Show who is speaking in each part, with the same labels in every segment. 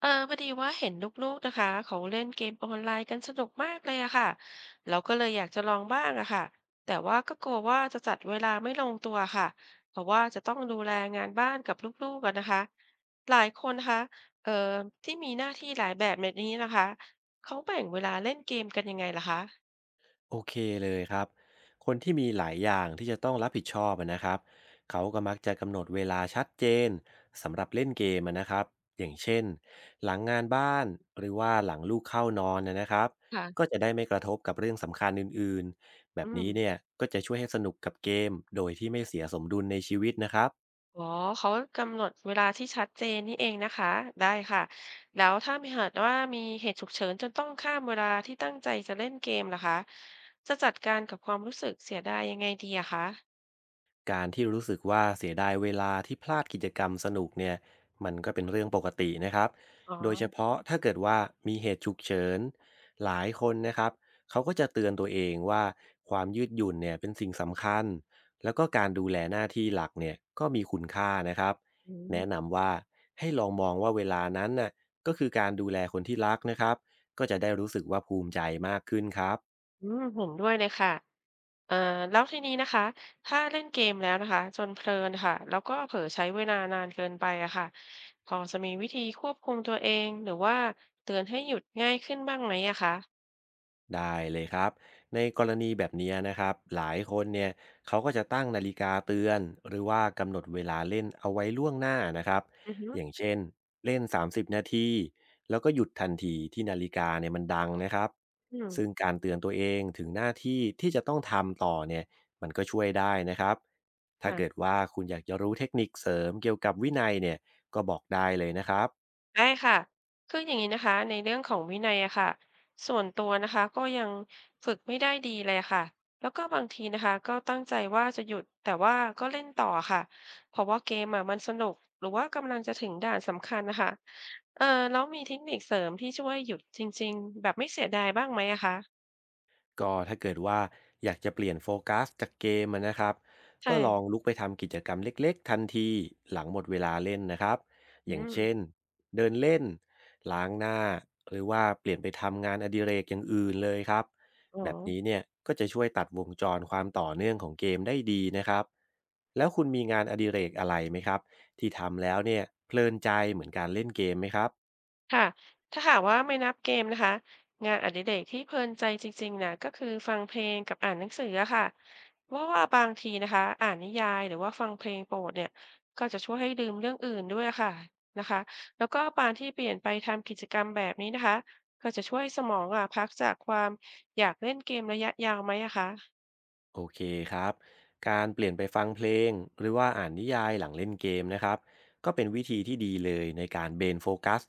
Speaker 1: พอดีว่าเห็นลูกๆนะคะเขาเล่นเกมออนไลน์กันสนุกมากเลยอะค่ะเราก็เลยอยากจะลองบ้างอะค่ะแต่ว่าก็กลัวว่าจะจัดเวลาไม่ลงตัวค่ะเพราะว่าจะต้องดูแลงานบ้านกับลูกๆกันนะคะหลายคนนะคะเอ่อที่มีหน้าที่หลายแบบแบบนี้นะคะเขาแบ่งเวลาเล่นเกมกันยังไงล่ะคะ
Speaker 2: โอเคเลยครับ คนที่มีหลายอย่างที่จะต้องรับผิดชอบอะนะครับเขาก็มักจะกำหนดเวลาชัดเจนสำหรับเล่นเกมอะนะครับอย่างเช่นหลังงานบ้านหรือว่าหลังลูกเข้านอนนะครับก็
Speaker 1: ค่ะ
Speaker 2: จะได้ไม่กระทบกับเรื่องสำคัญอื่นๆแบ
Speaker 1: อื
Speaker 2: บนี้
Speaker 1: ม
Speaker 2: เนี่ยก็จะช่วยให้สนุกกับเกมโดยที่ไม่เสียสมดุลในชีวิตนะครับ
Speaker 1: อ๋อเขากำหนดเวลาที่ชัดเจนนี่เองนะคะได้ค่ะแล้วถ้ามีเหตุฉุกเฉินจนต้องข้ามเวลาที่ตั้งใจจะเล่นเกมล่ะคะจะจัดการกับความรู้สึกเสียดายยังไงดีอะคะ
Speaker 2: การที่รู้สึกว่าเสียดายเวลาที่พลาดกิจกรรมสนุกเนี่ยมันก็เป็นเรื่องปกตินะครับ
Speaker 1: อ๋อ
Speaker 2: โดยเฉพาะถ้าเกิดว่ามีเหตุฉุกเฉินหลายคนนะครับเขาก็จะเตือนตัวเองว่าความยืดหยุ่นเนี่ยเป็นสิ่งสำคัญแล้วก็การดูแลหน้าที่หลักเนี่ยก็มีคุณค่านะครับ
Speaker 1: อืม
Speaker 2: แนะนำว่าให้ลองมองว่าเวลานั้นน่ะก็คือการดูแลคนที่รักนะครับก็จะได้รู้สึกว่าภูมิใจมากขึ้นครับ
Speaker 1: อืมเห็นด้วยเลยค่ะเอ่อแล้วทีนี้นะคะถ้าเล่นเกมแล้วนะคะจนเพลินค่ะแล้วก็เผลอใช้เวลานานเกินไปอะค่ะพอจะมีวิธีควบคุมตัวเองหรือว่าเตือนให้หยุดง่ายขึ้นบ้างไหมอะคะ
Speaker 2: ได้เลยครับในกรณีแบบนี้นะครับหลายคนเนี่ยเขาก็จะตั้งนาฬิกาเตือนหรือว่ากำหนดเวลาเล่นเอาไว้ล่วงหน้านะครับ
Speaker 1: อือฮึ
Speaker 2: อย่างเช่นเล่น30นาทีแล้วก็หยุดทันทีที่นาฬิกาเนี่ยมันดังนะครับ
Speaker 1: อืม
Speaker 2: ซึ่งการเตือนตัวเองถึงหน้าที่ที่จะต้องทำต่อเนี่ยมันก็ช่วยได้นะครับถ้าเกิด
Speaker 1: ค่ะ
Speaker 2: ว่าคุณอยากจะรู้เทคนิคเสริมเกี่ยวกับวินัยเนี่ยก็บอกได้เลยนะครับ
Speaker 1: ได้ค่ะคืออย่างนี้นะคะในเรื่องของวินัยอะค่ะส่วนตัวนะคะก็ยังฝึกไม่ได้ดีเลยค่ะแล้วก็บางทีนะคะก็ตั้งใจว่าจะหยุดแต่ว่าก็เล่นต่อค่ะเพราะว่าเกมอะมันสนุกหรือว่ากำลังจะถึงด่านสำคัญนะคะเออแล้วมีเทคนิคเสริมที่ช่วยหยุดจริงๆแบบไม่เสียดายบ้างไหมอะคะ
Speaker 2: ก็ถ้าเกิดว่าอยากจะเปลี่ยนโฟกัสจากเกมอะนะครับ
Speaker 1: ใช่
Speaker 2: ก็ลองลุกไปทำกิจกรรมเล็กๆทันทีหลังหมดเวลาเล่นนะครับอ
Speaker 1: อื
Speaker 2: ย่าง
Speaker 1: ม
Speaker 2: เช่นเดินเล่นล้างหน้าหรือว่าเปลี่ยนไปทำงานอดิเรกอย่างอื่นเลยครับ
Speaker 1: อ๋อ
Speaker 2: แบบนี้เนี่ยก็จะช่วยตัดวงจรความต่อเนื่องของเกมได้ดีนะครับแล้วคุณมีงานอดิเรกอะไรไหมครับที่ทำแล้วเนี่ยเพลินใจเหมือนการเล่นเกมไหมครับ
Speaker 1: ค่ะถ้าหากว่าไม่นับเกมนะคะงานอดิเรกที่เพลินใจจริงๆนะก็คือฟังเพลงกับอ่านหนังสืออะค่ะเพราะว่าบางทีนะคะอ่านนิยายหรือว่าฟังเพลงโปรดเนี่ยก็จะช่วยให้ลืมเรื่องอื่นด้วยค่ะนะคะแล้วก็การที่เปลี่ยนไปทำกิจกรรมแบบนี้นะคะก็จะช่วยสมองอ่ะพักจากความอยากเล่นเกมระยะยาวไหมอะคะ
Speaker 2: โอเคครับการเปลี่ยนไปฟังเพลงหรือว่าอ่านนิยายหลังเล่นเกมนะครับก็เป็นวิธีที่ดีเลยในการเบนโฟกัส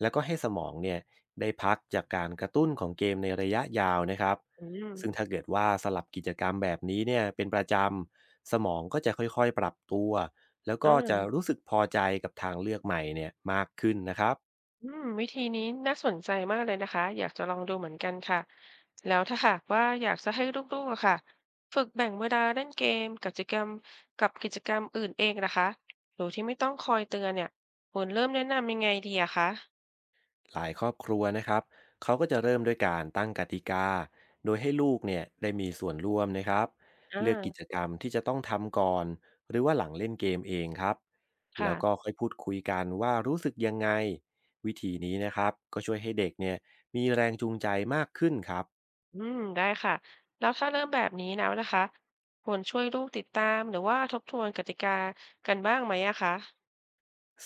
Speaker 2: แล้วก็ให้สมองเนี่ยได้พักจากการกระตุ้นของเกมในระยะยาวนะครับ
Speaker 1: อืม
Speaker 2: ซึ่งถ้าเกิดว่าสลับกิจกรรมแบบนี้เนี่ยเป็นประจำสมองก็จะค่อยๆปรับตัวแล้ว
Speaker 1: อ่
Speaker 2: ก็จะ
Speaker 1: า
Speaker 2: รู้สึกพอใจกับทางเลือกใหม่เนี่ยมากขึ้นนะครับ
Speaker 1: อืมวิธีนี้น่าสนใจมากเลยนะคะอยากจะลองดูเหมือนกันค่ะแล้วถ้าหากว่าอยากจะให้ลูกๆอะค่ะฝึกแบ่งเวลาเล่นเกมกับกิจกรรมอื่นเองนะคะโดยที่ไม่ต้องคอยเตือนเนี่ยควรเริ่มแนะนำยังไงดีอะคะ
Speaker 2: หลายครอบครัวนะครับ เขาก็จะเริ่มด้วยการตั้งกติกา โดยให้ลูกเนี่ยได้มีส่วนร่วมนะครับ
Speaker 1: อ
Speaker 2: เลือกกิจ
Speaker 1: ่า
Speaker 2: กรรมที่จะต้องทำก่อนหรือว่าหลังเล่นเกมเองครับ แล้
Speaker 1: ค่ะ
Speaker 2: วก็ค่อยพูดคุยกันว่ารู้สึกยังไง วิธีนี้นะครับก็ช่วยให้เด็กเนี่ยมีแรงจูงใจมากขึ้นครับ
Speaker 1: อืมได้ค่ะแล้วถ้าเริ่มแบบนี้แล้วนะคะควรช่วยลูกติดตามหรือว่าทบทวนกติกากันบ้างไหมอะคะ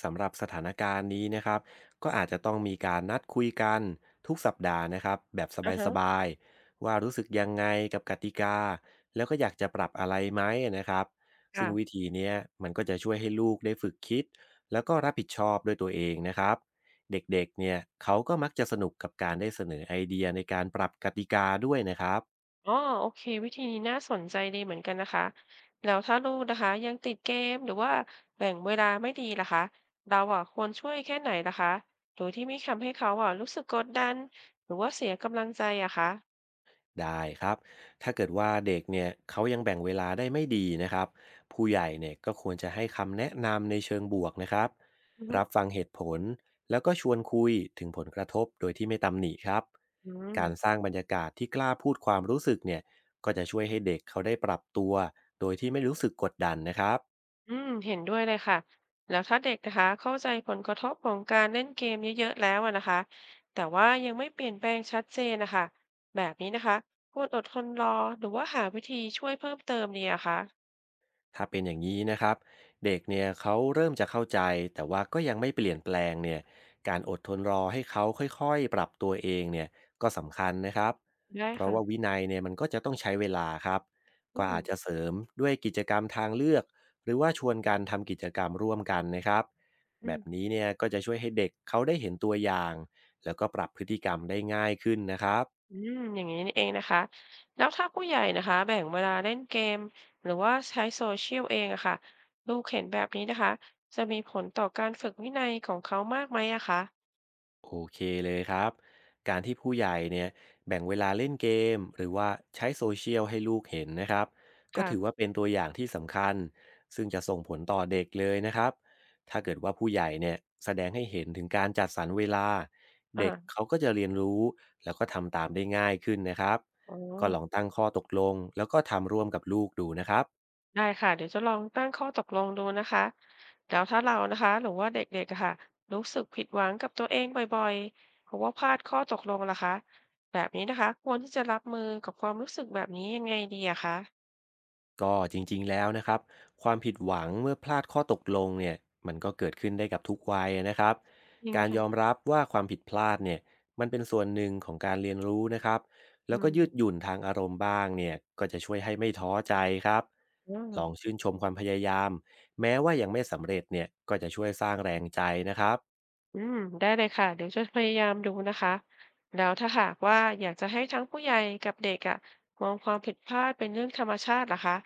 Speaker 2: สำหรับสถานการณ์นี้นะครับก็อาจจะต้องมีการนัดคุยกันทุกสัปดาห์นะครับแบบ
Speaker 1: อ่า
Speaker 2: ส
Speaker 1: ฮะ
Speaker 2: บายๆว่ารู้สึกยังไงกับกติกาแล้วก็อยากจะปรับอะไรไหมนะครับซึ่งวิ
Speaker 1: ค่ะ
Speaker 2: ธีเนี้ยมันก็จะช่วยให้ลูกได้ฝึกคิดแล้วก็รับผิดชอบด้วยตัวเองนะครับเด็กๆเนี่ยเขาก็มักจะสนุกกับการได้เสนอไอเดียในการปรับกติกาด้วยนะครับ
Speaker 1: อ๋อโอเควิธีนี้น่าสนใจดีเหมือนกันนะคะแล้วถ้าลูกนะคะยังติดเกมหรือว่าแบ่งเวลาไม่ดีล่ะคะเราอ่ะควรช่วยแค่ไหนล่ะคะโดยที่ไม่ทำให้เขาอ่ะรู้สึกกดดันหรือว่าเสียกำลังใจอะคะ
Speaker 2: ได้ครับ ถ้าเกิดว่าเด็กเนี่ยเขายังแบ่งเวลาได้ไม่ดีนะครับผู้ใหญ่เนี่ยก็ควรจะให้คำแนะนำในเชิงบวกนะครับ
Speaker 1: อือฮึ
Speaker 2: รับฟังเหตุผลแล้วก็ชวนคุยถึงผลกระทบโดยที่ไม่ตำหนิครับ
Speaker 1: อืม
Speaker 2: การสร้างบรรยากาศที่กล้าพูดความรู้สึกเนี่ยก็จะช่วยให้เด็กเขาได้ปรับตัวโดยที่ไม่รู้สึกกดดันนะครับ
Speaker 1: อืมเห็นด้วยเลยค่ะแล้วถ้าเด็กนะคะเข้าใจผลกระทบของการเล่นเกมเยอะๆแล้วอะนะคะแต่ว่ายังไม่เปลี่ยนแปลงชัดเจนนะคะแบบนี้นะคะควรอดทนรอหรือว่าหาวิธีช่วยเพิ่มเติมดีอะคะ
Speaker 2: ถ้าเป็นอย่างนี้นะครับเด็กเนี่ยเขาเริ่มจะเข้าใจแต่ว่าก็ยังไม่เปลี่ยนแปลงเนี่ยการอดทนรอให้เขาค่อยๆปรับตัวเองเนี่ยก็สำคัญนะครับ
Speaker 1: ได้
Speaker 2: เพราะ
Speaker 1: ค่ะ
Speaker 2: ว่าวินัยเนี่ยมันก็จะต้องใช้เวลาครับ
Speaker 1: อื
Speaker 2: ก็
Speaker 1: ม
Speaker 2: อาจจะเสริมด้วยกิจกรรมทางเลือกหรือว่าชวนการทำกิจกรรมร่วมกันนะครับ
Speaker 1: อื
Speaker 2: แบ
Speaker 1: ม
Speaker 2: บนี้เนี่ยก็จะช่วยให้เด็กเขาได้เห็นตัวอย่างแล้วก็ปรับพฤติกรรมได้ง่ายขึ้นนะครับ
Speaker 1: อืมอย่างนี้นี่เองนะคะแล้วถ้าผู้ใหญ่นะคะแบ่งเวลาเล่นเกมหรือว่าใช้โซเชียลเองอะค่ะลูกเห็นแบบนี้นะคะจะมีผลต่อการฝึกวินัยของเขามากไหมอะคะ
Speaker 2: โอเคเลยครับการที่ผู้ใหญ่เนี่ยแบ่งเวลาเล่นเกมหรือว่าใช้โซเชียลให้ลูกเห็นนะครับก็
Speaker 1: ค่ะ
Speaker 2: ถือว่าเป็นตัวอย่างที่สำคัญซึ่งจะส่งผลต่อเด็กเลยนะครับถ้าเกิดว่าผู้ใหญ่เนี่ยแสดงให้เห็นถึงการจัดสรรเวลาเด็
Speaker 1: อา
Speaker 2: กเขาก็จะเรียนรู้แล้วก็ทำตามได้ง่ายขึ้นนะครับ
Speaker 1: อ๋อ
Speaker 2: ก็ลองตั้งข้อตกลงแล้วก็ทำร่วมกับลูกดูนะครับ
Speaker 1: ได้ค่ะเดี๋ยวจะลองตั้งข้อตกลงดูนะคะแล้วถ้าเรานะคะหรือว่าเด็กๆอะค่ะรู้สึกผิดหวังกับตัวเองบ่อยๆเพราะว่าพลาดข้อตกลงล่ะคะแบบนี้นะคะควรที่จะรับมือกับความรู้สึกแบบนี้ยังไงดีอะคะ
Speaker 2: ก็จริงๆแล้วนะครับความผิดหวังเมื่อพลาดข้อตกลงเนี่ยมันก็เกิดขึ้นได้กับทุกวัยนะครับ
Speaker 1: จริง
Speaker 2: การยอม
Speaker 1: ค่ะ
Speaker 2: รับว่าความผิดพลาดเนี่ยมันเป็นส่วนหนึ่งของการเรียนรู้นะครับ
Speaker 1: อื
Speaker 2: แล้วก็
Speaker 1: ม
Speaker 2: ยืดหยุ่นทางอารมณ์บ้างเนี่ยก็จะช่วยให้ไม่ท้อใจครับลอง
Speaker 1: อา
Speaker 2: ชื่นชมความพยายามแม้ว่ายังไม่สำเร็จเนี่ยก็จะช่วยสร้างแรงใจนะครับ
Speaker 1: อืมได้เลยค่ะเดี๋ยวจะพยายามดูนะคะแล้วถ้าหากว่าอยากจะให้ทั้งผู้ใหญ่กับเด็กอะมองความผิดพลาดเป็นเรื่องธรรมชาติล่ะคะ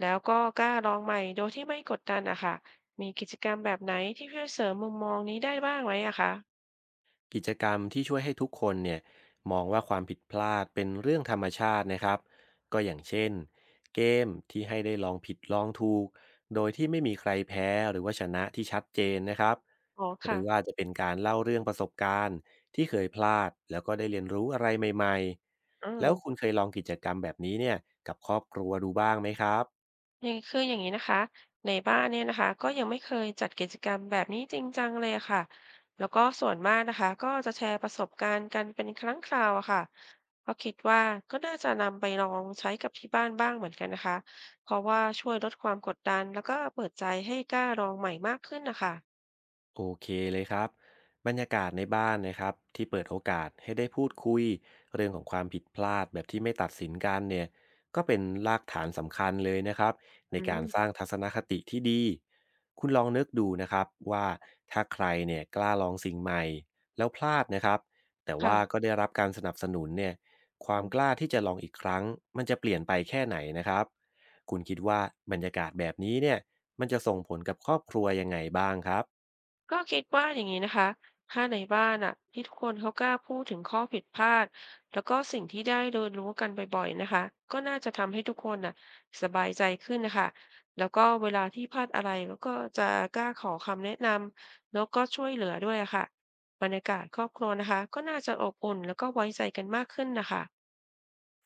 Speaker 1: แล้วก็กล้าลองใหม่โดยที่ไม่กดดันอะค่ะมีกิจกรรมแบบไหนที่เพื่อเสริมมุมมองนี้ได้บ้างไหมอะคะ
Speaker 2: กิจกรรมที่ช่วยให้ทุกคนเนี่ยมองว่าความผิดพลาดเป็นเรื่องธรรมชาตินะครับก็อย่างเช่นเกมที่ให้ได้ลองผิดลองถูกโดยที่ไม่มีใครแพ้หรือว่าชนะที่ชัดเจนนะครับ
Speaker 1: อ๋อ
Speaker 2: หรื
Speaker 1: ค่ะ
Speaker 2: อว่าจะเป็นการเล่าเรื่องประสบการณ์ที่เคยพลาดแล้วก็ได้เรียนรู้อะไรใหม่
Speaker 1: อื
Speaker 2: ๆ
Speaker 1: ม
Speaker 2: แล้วคุณเคยลองกิจกรรมแบบนี้เนี่ยกับครอบครัวดูบ้างไหมครับ
Speaker 1: นี่คืออย่างนี้นะคะในบ้านเนี่ยนะคะก็ยังไม่เคยจัดกิจกรรมแบบนี้จริงจังเลยอะค่ะแล้วก็ส่วนมากนะคะก็จะแชร์ประสบการณ์กันเป็นครั้งคราวอะค่ะก็คิดว่าก็น่าจะนำไปลองใช้กับที่บ้านบ้างเหมือนกันนะคะเพราะว่าช่วยลดความกดดันแล้วก็เปิดใจให้กล้าลองใหม่มากขึ้นนะคะ
Speaker 2: โอเคเลยครับบรรยากาศในบ้านนะครับที่เปิดโอกาสให้ได้พูดคุยเรื่องของความผิดพลาดแบบที่ไม่ตัดสินกันเนี่ยก็เป็นรากฐานสำคัญเลยนะครับใน
Speaker 1: อื
Speaker 2: กา
Speaker 1: ม
Speaker 2: รสร้างทัศนคติที่ดีคุณลองนึกดูนะครับว่าถ้าใครเนี่ยกล้าลองสิ่งใหม่แล้วพลาดนะครับแต่
Speaker 1: ค่ะ
Speaker 2: ว่าก็ได้รับการสนับสนุนเนี่ยความกล้าที่จะลองอีกครั้งมันจะเปลี่ยนไปแค่ไหนนะครับคุณคิดว่าบรรยากาศแบบนี้เนี่ยมันจะส่งผลกับครอบครัวยังไงบ้างครับ
Speaker 1: ก็คิดว่าอย่างนี้นะคะถ้าในบ้านอ่ะที่ทุกคนเขากล้าพูดถึงข้อผิดพลาดแล้วก็สิ่งที่ได้เรียนรู้กันบ่อยๆนะคะก็น่าจะทำให้ทุกคนน่ะสบายใจขึ้นนะคะแล้วก็เวลาที่พลาดอะไรแล้วก็จะกล้าขอคำแนะนำแล้วก็ช่วยเหลือด้วยอะค่ะบรรยากาศครอบครัวนะคะก็น่าจะอบอุ่นแล้วก็ไว้ใจกันมากขึ้นนะคะ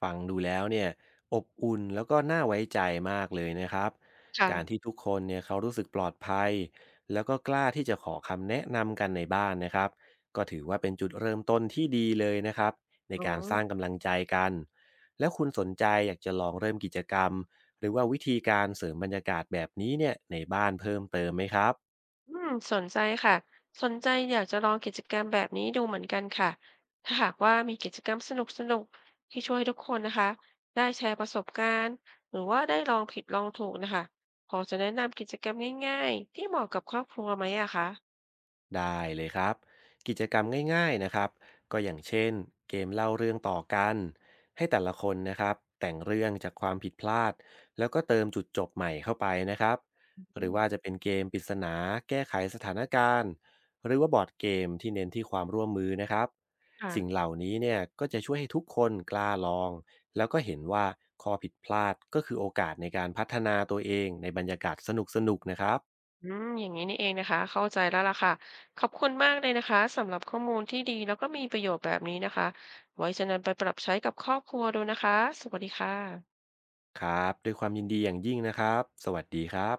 Speaker 2: ฟังดูแล้วเนี่ยอบอุ่นแล้วก็น่าไว้ใจมากเลยนะครับ
Speaker 1: ค่ะ
Speaker 2: การที่ทุกคนเนี่ยเขารู้สึกปลอดภัยแล้วก็กล้าที่จะขอคำแนะนำกันในบ้านนะครับก็ถือว่าเป็นจุดเริ่มต้นที่ดีเลยนะครับใน
Speaker 1: อ๋อ
Speaker 2: การสร้างกำลังใจกันแล้วคุณสนใจอยากจะลองเริ่มกิจกรรมหรือว่าวิธีการเสริมบรรยากาศแบบนี้เนี่ยในบ้านเพิ่มเติมไหมครับ
Speaker 1: อืมสนใจค่ะสนใจอยากจะลองกิจกรรมแบบนี้ดูเหมือนกันค่ะถ้าหากว่ามีกิจกรรมสนุกสนุกที่ช่วยทุกคนนะคะได้แชร์ประสบการณ์หรือว่าได้ลองผิดลองถูกนะคะพอจะแนะนำกิจกรรมง่ายๆที่เหมาะกับครอบครัวไหมอะคะ
Speaker 2: ได้เลยครับกิจกรรมง่ายๆนะครับก็อย่างเช่นเกมเล่าเรื่องต่อกันให้แต่ละคนนะครับแต่งเรื่องจากความผิดพลาดแล้วก็เติมจุดจบใหม่เข้าไปนะครับ
Speaker 1: อ
Speaker 2: ห
Speaker 1: ื
Speaker 2: รือว่า
Speaker 1: ม
Speaker 2: จะเป็นเกมปริศนาแก้ไขสถานการณ์หรือว่าบอร์ดเกมที่เน้นที่ความร่วมมือนะครับ
Speaker 1: ค่ะ
Speaker 2: สิ่งเหล่านี้เนี่ยก็จะช่วยให้ทุกคนกล้าลองแล้วก็เห็นว่าข้อผิดพลาดก็คือโอกาสในการพัฒนาตัวเองในบรรยากาศสนุกๆนะครับ
Speaker 1: อืมอย่างนี้นี่เองนะคะเข้าใจแล้วล่ะค่ะขอบคุณมากเลยนะคะสำหรับข้อมูลที่ดีแล้วก็มีประโยชน์แบบนี้นะคะไว้จะนำไปปรับใช้กับครอบครัวดูนะคะสวัสดีค่ะ
Speaker 2: ครับด้วยความยินดีอย่างยิ่งนะครับ สวัสดีครับ